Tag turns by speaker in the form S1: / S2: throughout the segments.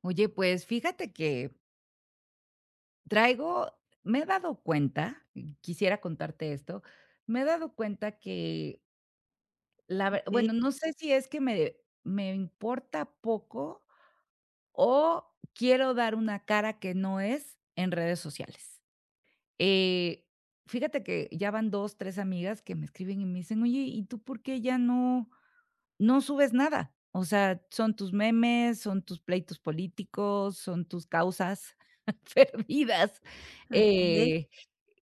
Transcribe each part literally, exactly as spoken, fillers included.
S1: Oye, pues fíjate que traigo, me he dado cuenta, y quisiera contarte esto. Me he dado cuenta que la ver,
S2: Okay,
S1: bueno, no sé si es que me me importa poco o quiero dar una cara que no es en redes sociales. Eh, Fíjate que ya van dos, tres amigas que me escriben y me dicen: "Oye, ¿y tú por qué ya no no subes nada? O sea, son tus memes, son tus pleitos políticos, son tus causas perdidas".
S2: okay,
S1: Eh,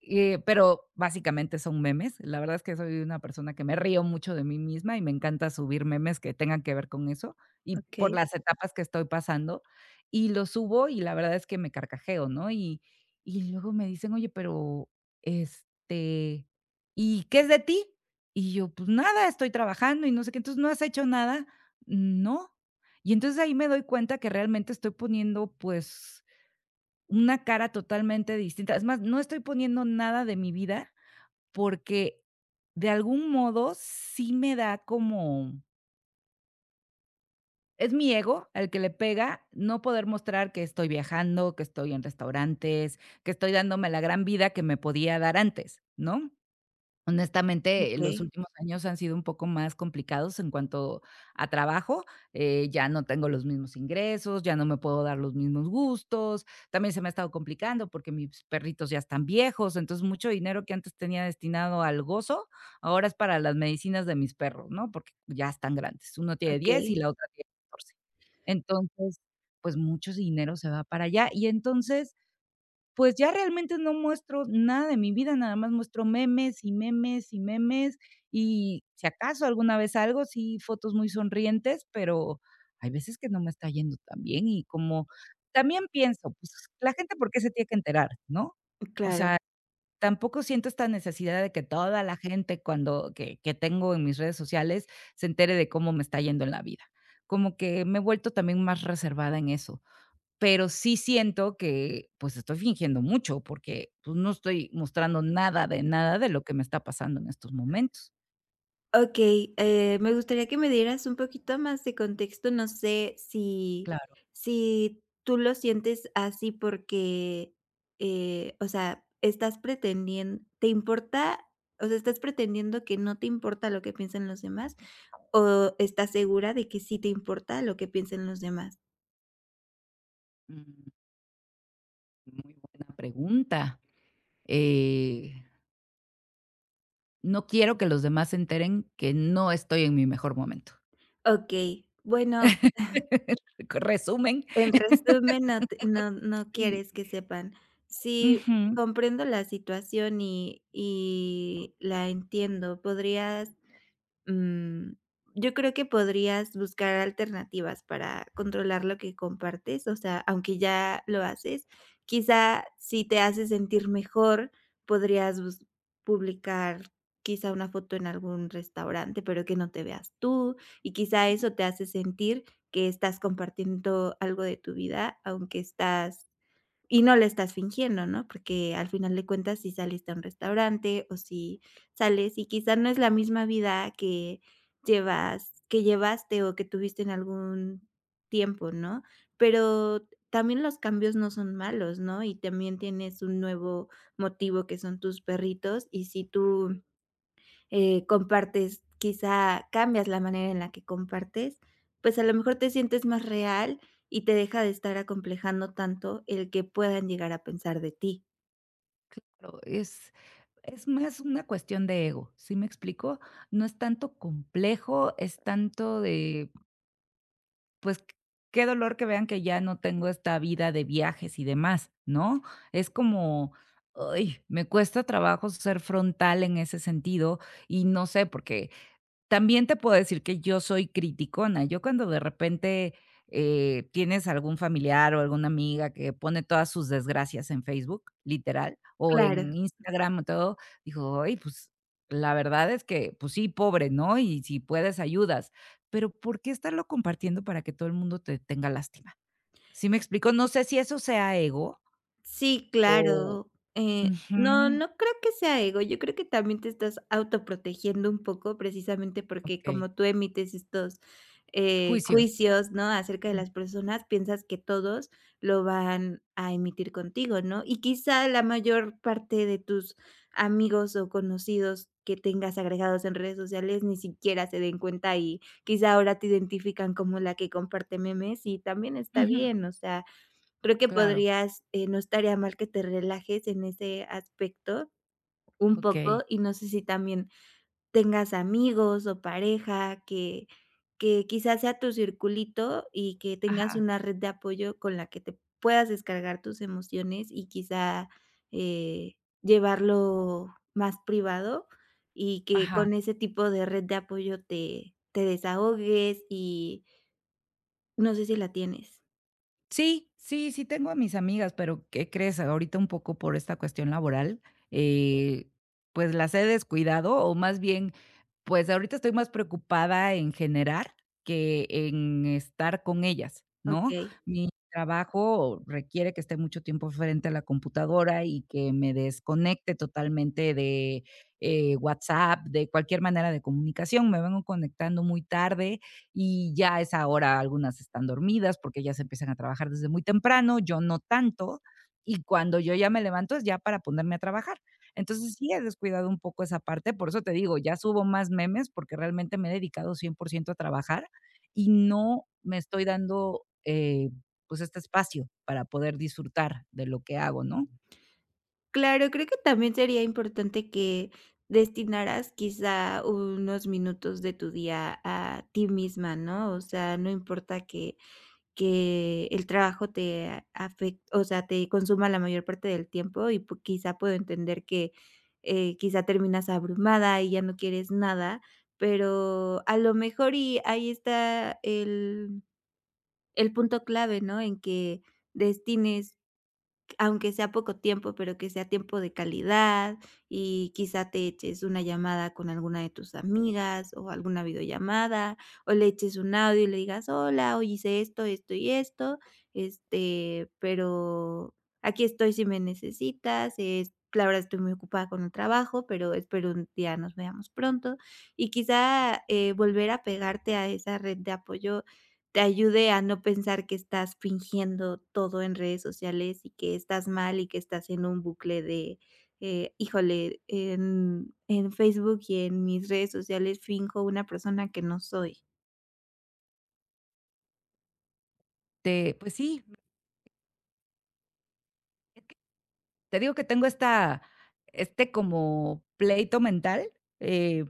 S1: eh, pero básicamente son memes. La verdad es que soy una persona que me río mucho de mí misma y me encanta subir memes que tengan que ver con eso y por
S2: okay,
S1: las etapas que estoy pasando. Y los subo y la verdad es que me carcajeo, ¿no? Y, y luego me dicen: "Oye, pero este, ¿y qué es de ti?" Y yo, pues, nada, estoy trabajando y no sé qué, entonces, ¿no has hecho nada? No. Y entonces ahí me doy cuenta que realmente estoy poniendo, pues, una cara totalmente distinta. Es más, no estoy poniendo nada de mi vida porque de algún modo sí me da como... es mi ego al que le pega no poder mostrar que estoy viajando, que estoy en restaurantes, que estoy dándome la gran vida que me podía dar antes, ¿no? Honestamente, eh, los
S2: okay,
S1: últimos años han sido un poco más complicados en cuanto a trabajo. Eh, ya no tengo los mismos ingresos, ya no me puedo dar los mismos gustos, también se me ha estado complicando porque mis perritos ya están viejos, entonces mucho dinero que antes tenía destinado al gozo, ahora es para las medicinas de mis perros, ¿no? Porque ya están grandes, uno tiene diez y
S2: okey,
S1: la otra tiene catorce. Entonces, pues, mucho dinero se va para allá y entonces pues ya realmente no muestro nada de mi vida, nada más muestro memes y memes y memes, y si acaso alguna vez algo, sí, fotos muy sonrientes, pero hay veces que no me está yendo tan bien y, como también pienso, pues la gente por qué se tiene que enterar, ¿no?
S2: claro.
S1: Tampoco siento esta necesidad de que toda la gente cuando que que tengo en mis redes sociales se entere de cómo me está yendo en la vida. Como que me he vuelto también más reservada en eso. Pero sí siento que, pues, estoy fingiendo mucho, porque, pues, no estoy mostrando nada de nada de lo que me está pasando en estos momentos.
S2: Okey, eh, me gustaría que me dieras un poquito más de contexto. No sé si
S1: Claro.
S2: si tú lo sientes así porque, eh, o sea, estás pretendiendo, ¿te importa? O sea, ¿estás pretendiendo que no te importa lo que piensen los demás, o estás segura de que sí te importa lo que piensen los demás?
S1: Mm, Muy buena pregunta. Eh, no quiero que los demás se enteren que no estoy en mi mejor momento.
S2: Okey, bueno,
S1: Resumen,
S2: En resumen, no te no no
S1: sí.
S2: quieres que sepan. Sí,
S1: Ujú.
S2: comprendo la situación y y la entiendo. ¿Podrías Mm, yo creo que podrías buscar alternativas para controlar lo que compartes, o sea, aunque ya lo haces. Quizá si te hace sentir mejor, podrías bus- publicar quizá una foto en algún restaurante, pero que no te veas tú, y quizá eso te hace sentir que estás compartiendo algo de tu vida, aunque estás y no le estás fingiendo, ¿no? Porque al final de cuentas, si saliste a un restaurante o si sales y quizá no es la misma vida que llevas que llevaste o que tuviste en algún tiempo, ¿no? Pero también los cambios no son malos, ¿no? Y también tienes un nuevo motivo que son tus perritos, y si tú eh, compartes, quizá cambias la manera en la que compartes, pues a lo mejor te sientes más real y te deja de estar acomplejando tanto el que puedan llegar a pensar de ti.
S1: Pero es es más una cuestión de ego, ¿sí me explico? No es tanto complejo, es tanto de... pues, qué dolor que vean que ya no tengo esta vida de viajes y demás, ¿no? Es como, ay, me cuesta trabajo ser frontal en ese sentido y no sé, porque también te puedo decir que yo soy criticona. Yo, cuando de repente eh, tienes algún familiar o alguna amiga que pone todas sus desgracias en Facebook, literal, o
S2: Claro.
S1: en Instagram o todo, digo: "Ay, pues, la verdad es que, pues sí, pobre, ¿no? Y si puedes, ayudas. Pero, ¿por qué estarlo compartiendo para que todo el mundo te tenga lástima?" ¿Sí me explico? No sé si eso sea ego
S2: Sí,
S1: o...
S2: claro. Eh,
S1: Ujú,
S2: no, no creo que sea ego. Yo creo que también te estás autoprotegiendo un poco, precisamente porque
S1: okey.
S2: como tú emites estos, eh,
S1: Juicios.
S2: juicios, ¿no?, acerca de
S1: Mm,
S2: las personas, piensas que todos lo van a emitir contigo, ¿no? Y quizá la mayor parte de tus amigos o conocidos que tengas agregados en redes sociales ni siquiera se den cuenta, y quizá ahora te identifican como la que comparte memes, y también está
S1: ujú,
S2: bien. O sea, creo que
S1: claro,
S2: podrías, eh, no estaría mal que te relajes en ese aspecto un
S1: okey.
S2: poco. Y no sé si también tengas amigos o pareja que que quizás sea tu circulito, y que tengas
S1: Ajá,
S2: una red de apoyo con la que te puedas descargar tus emociones y quizá, eh, llevarlo más privado, y que
S1: ajá.
S2: con ese tipo de red de apoyo te te desahogues, y no sé si la tienes.
S1: Sí, sí, sí tengo a mis amigas, pero ¿qué crees? Ahorita un poco por esta cuestión laboral, eh, pues las he descuidado, o más bien, pues ahorita estoy más preocupada en generar que en estar con ellas, ¿no?
S2: Okey.
S1: Mi trabajo requiere que esté mucho tiempo frente a la computadora y que me desconecte totalmente de eh, WhatsApp, de cualquier manera de comunicación. Me vengo conectando muy tarde y ya es ahora algunas están dormidas porque ellas empiezan a trabajar desde muy temprano, yo no tanto, y cuando yo ya me levanto es ya para ponerme a trabajar. Entonces sí he descuidado un poco esa parte, por eso te digo, ya subo más memes porque realmente me he dedicado cien por ciento a trabajar y no me estoy dando, eh, pues, este espacio para poder disfrutar de lo que hago, ¿no?
S2: Claro, creo que también sería importante que destinaras quizá unos minutos de tu día a ti misma, ¿no? O sea, no importa que que el trabajo te afecte, o sea, te consuma la mayor parte del tiempo, y pu quizá puedo entender que, eh, quizá terminas abrumada y ya no quieres nada, pero a lo mejor, y ahí está el el punto clave, ¿no? En que destines aunque sea poco tiempo, pero que sea tiempo de calidad, y quizá te eches una llamada con alguna de tus amigas o alguna videollamada, o le eches un audio y le digas: "Hola, hoy hice esto, esto y esto, este, pero aquí estoy si me necesitas. Es la verdad, estoy muy ocupada con el trabajo, pero espero un día nos veamos pronto". Y quizá, eh, volver a pegarte a esa red de apoyo te ayude a no pensar que estás fingiendo todo en redes sociales, y que estás mal, y que estás en un bucle de, eh, híjole, en, en Facebook y en mis redes sociales finjo una persona que no soy.
S1: Te- pues sí, te digo que tengo esta este como pleito mental, eh,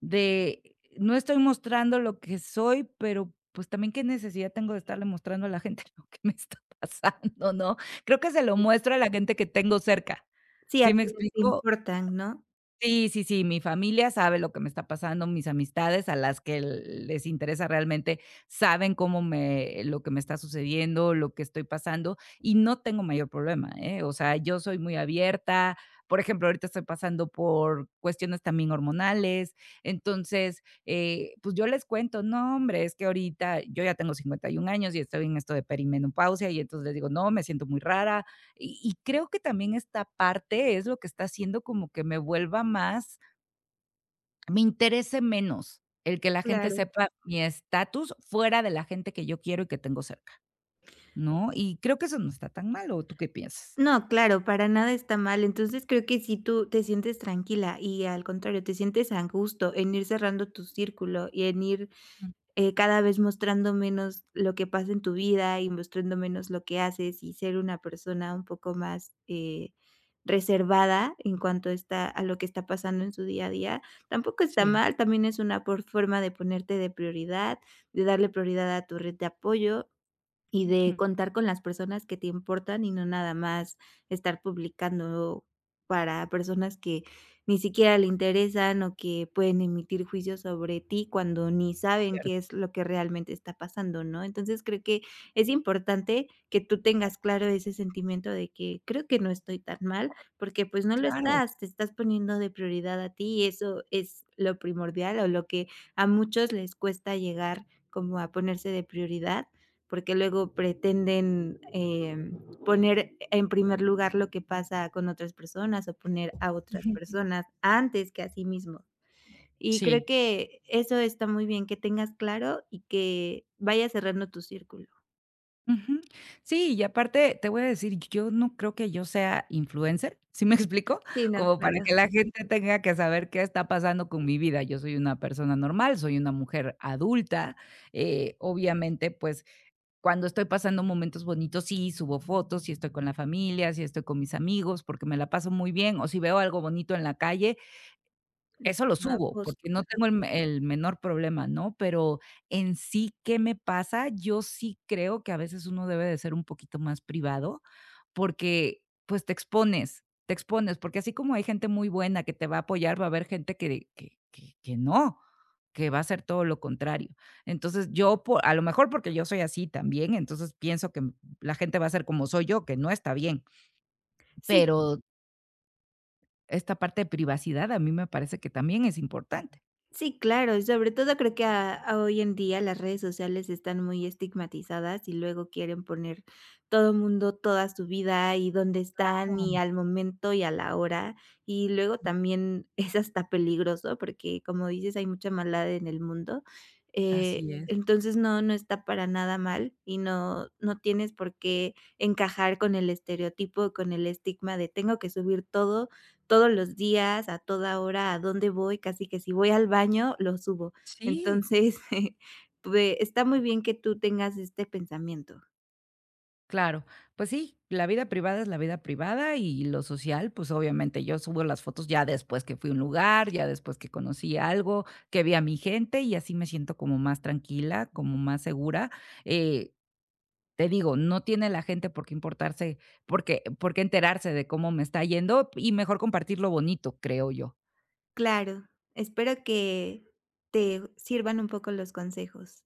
S1: de no estoy mostrando lo que soy, pero, pues, también qué necesidad tengo de estarle mostrando a la gente lo que me está pasando, ¿no? Creo que se lo muestro a la gente que tengo cerca,
S2: Sí, a
S1: ¿sí me
S2: quienes te
S1: explico?
S2: importan, ¿no?
S1: Sí, sí, sí, mi familia sabe lo que me está pasando, mis amistades a las que les interesa realmente saben cómo me... lo que me está sucediendo, lo que estoy pasando, y no tengo mayor problema, ¿eh? O sea, yo soy muy abierta. Por ejemplo, ahorita estoy pasando por cuestiones también hormonales, entonces, eh, pues, yo les cuento: "No, hombre, es que ahorita, yo ya tengo cincuenta y un años y estoy en esto de perimenopausia". Y entonces les digo: "No, me siento muy rara". Y, y creo que también esta parte es lo que está haciendo como que me vuelva más... me interese menos el que la gente
S2: Claro.
S1: sepa mi estatus fuera de la gente que yo quiero y que tengo cerca, ¿no? Y creo que eso no está tan mal, ¿o tú qué piensas?
S2: No, claro, para nada está mal. Entonces creo que si tú te sientes tranquila y, al contrario, te sientes a gusto en ir cerrando tu círculo y en ir,
S1: Mm,
S2: eh, cada vez mostrando menos lo que pasa en tu vida y mostrando menos lo que haces, y ser una persona un poco más, eh, reservada en cuanto está a lo que está pasando en su día a día, tampoco está
S1: sí.
S2: mal. También es una por forma de ponerte de prioridad, de darle prioridad a tu red de apoyo y de
S1: Ujú.
S2: contar con las personas que te importan, y no nada más estar publicando para personas que ni siquiera le interesan o que pueden emitir juicios sobre ti cuando ni saben qué
S1: Cierto.
S2: es lo que realmente está pasando, ¿no? Entonces creo que es importante que tú tengas claro ese sentimiento de que creo que no estoy tan mal, porque pues no lo
S1: Claro.
S2: estás. Te estás poniendo de prioridad a ti, y eso es lo primordial, o lo que a muchos les cuesta llegar, como a ponerse de prioridad, porque luego pretenden em, poner en primer lugar lo que pasa con otras personas, o poner a otras
S1: Ujú.
S2: personas antes que a sí mismos. Y creo
S1: Sí.
S2: que eso está muy bien, que tengas claro y que vayas cerrando tu círculo.
S1: Ujú. Sí, y aparte te voy a decir, yo no creo que yo sea influencer, ¿sí me explico?
S2: Sí, no,
S1: Como para
S2: claro,
S1: que la gente tenga que saber qué está pasando con mi vida. Yo soy una persona normal, soy una mujer adulta, eh, obviamente, pues, cuando estoy pasando momentos bonitos, sí, subo fotos, si estoy con la familia, si estoy con mis amigos, porque me la paso muy bien, o si veo algo bonito en la calle,
S2: de
S1: eso lo
S2: forma
S1: subo, porque
S2: justa.
S1: no tengo el me- el menor problema, ¿no? Pero en sí, ¿qué me pasa? Yo sí creo que a veces uno debe de ser un poquito más privado, porque, pues, te expones, te expones, porque así como hay gente muy buena que te va a apoyar, va a haber gente que que que que no, que va a ser todo lo contrario. Entonces, yo, po a lo mejor porque yo soy así también, entonces pienso que la gente va a ser como soy yo, que no está bien,
S2: Sí,
S1: pero esta parte de privacidad a mí me parece que también es importante.
S2: Sí, claro, y sobre todo creo que a a hoy en día las redes sociales están muy estigmatizadas, y luego quieren poner todo mundo, toda su vida, y dónde están, y al momento y a la hora. Y luego también es hasta peligroso porque, como dices, hay mucha maldad en el mundo.
S1: Así,
S2: Eh,
S1: sí, es.
S2: entonces no, no está para nada mal, y no, no tienes por qué encajar con el estereotipo, con el estigma de tengo que subir todo todos los días, a toda hora, a dónde voy, casi que si voy al baño, lo subo.
S1: Sí,
S2: Entonces, pue está muy bien que tú tengas este pensamiento.
S1: claro. Pues sí, la vida privada es la vida privada y lo social, pues obviamente yo subo las fotos ya después que fui a un lugar, ya después que conocí algo, que vi a mi gente y así me siento como más tranquila, como más segura. Eh, Te digo, no tiene la gente por qué importarse, por qué por qué enterarse de cómo me está yendo, y mejor compartir lo bonito, creo yo.
S2: Claro, espero que te sirvan un poco los consejos.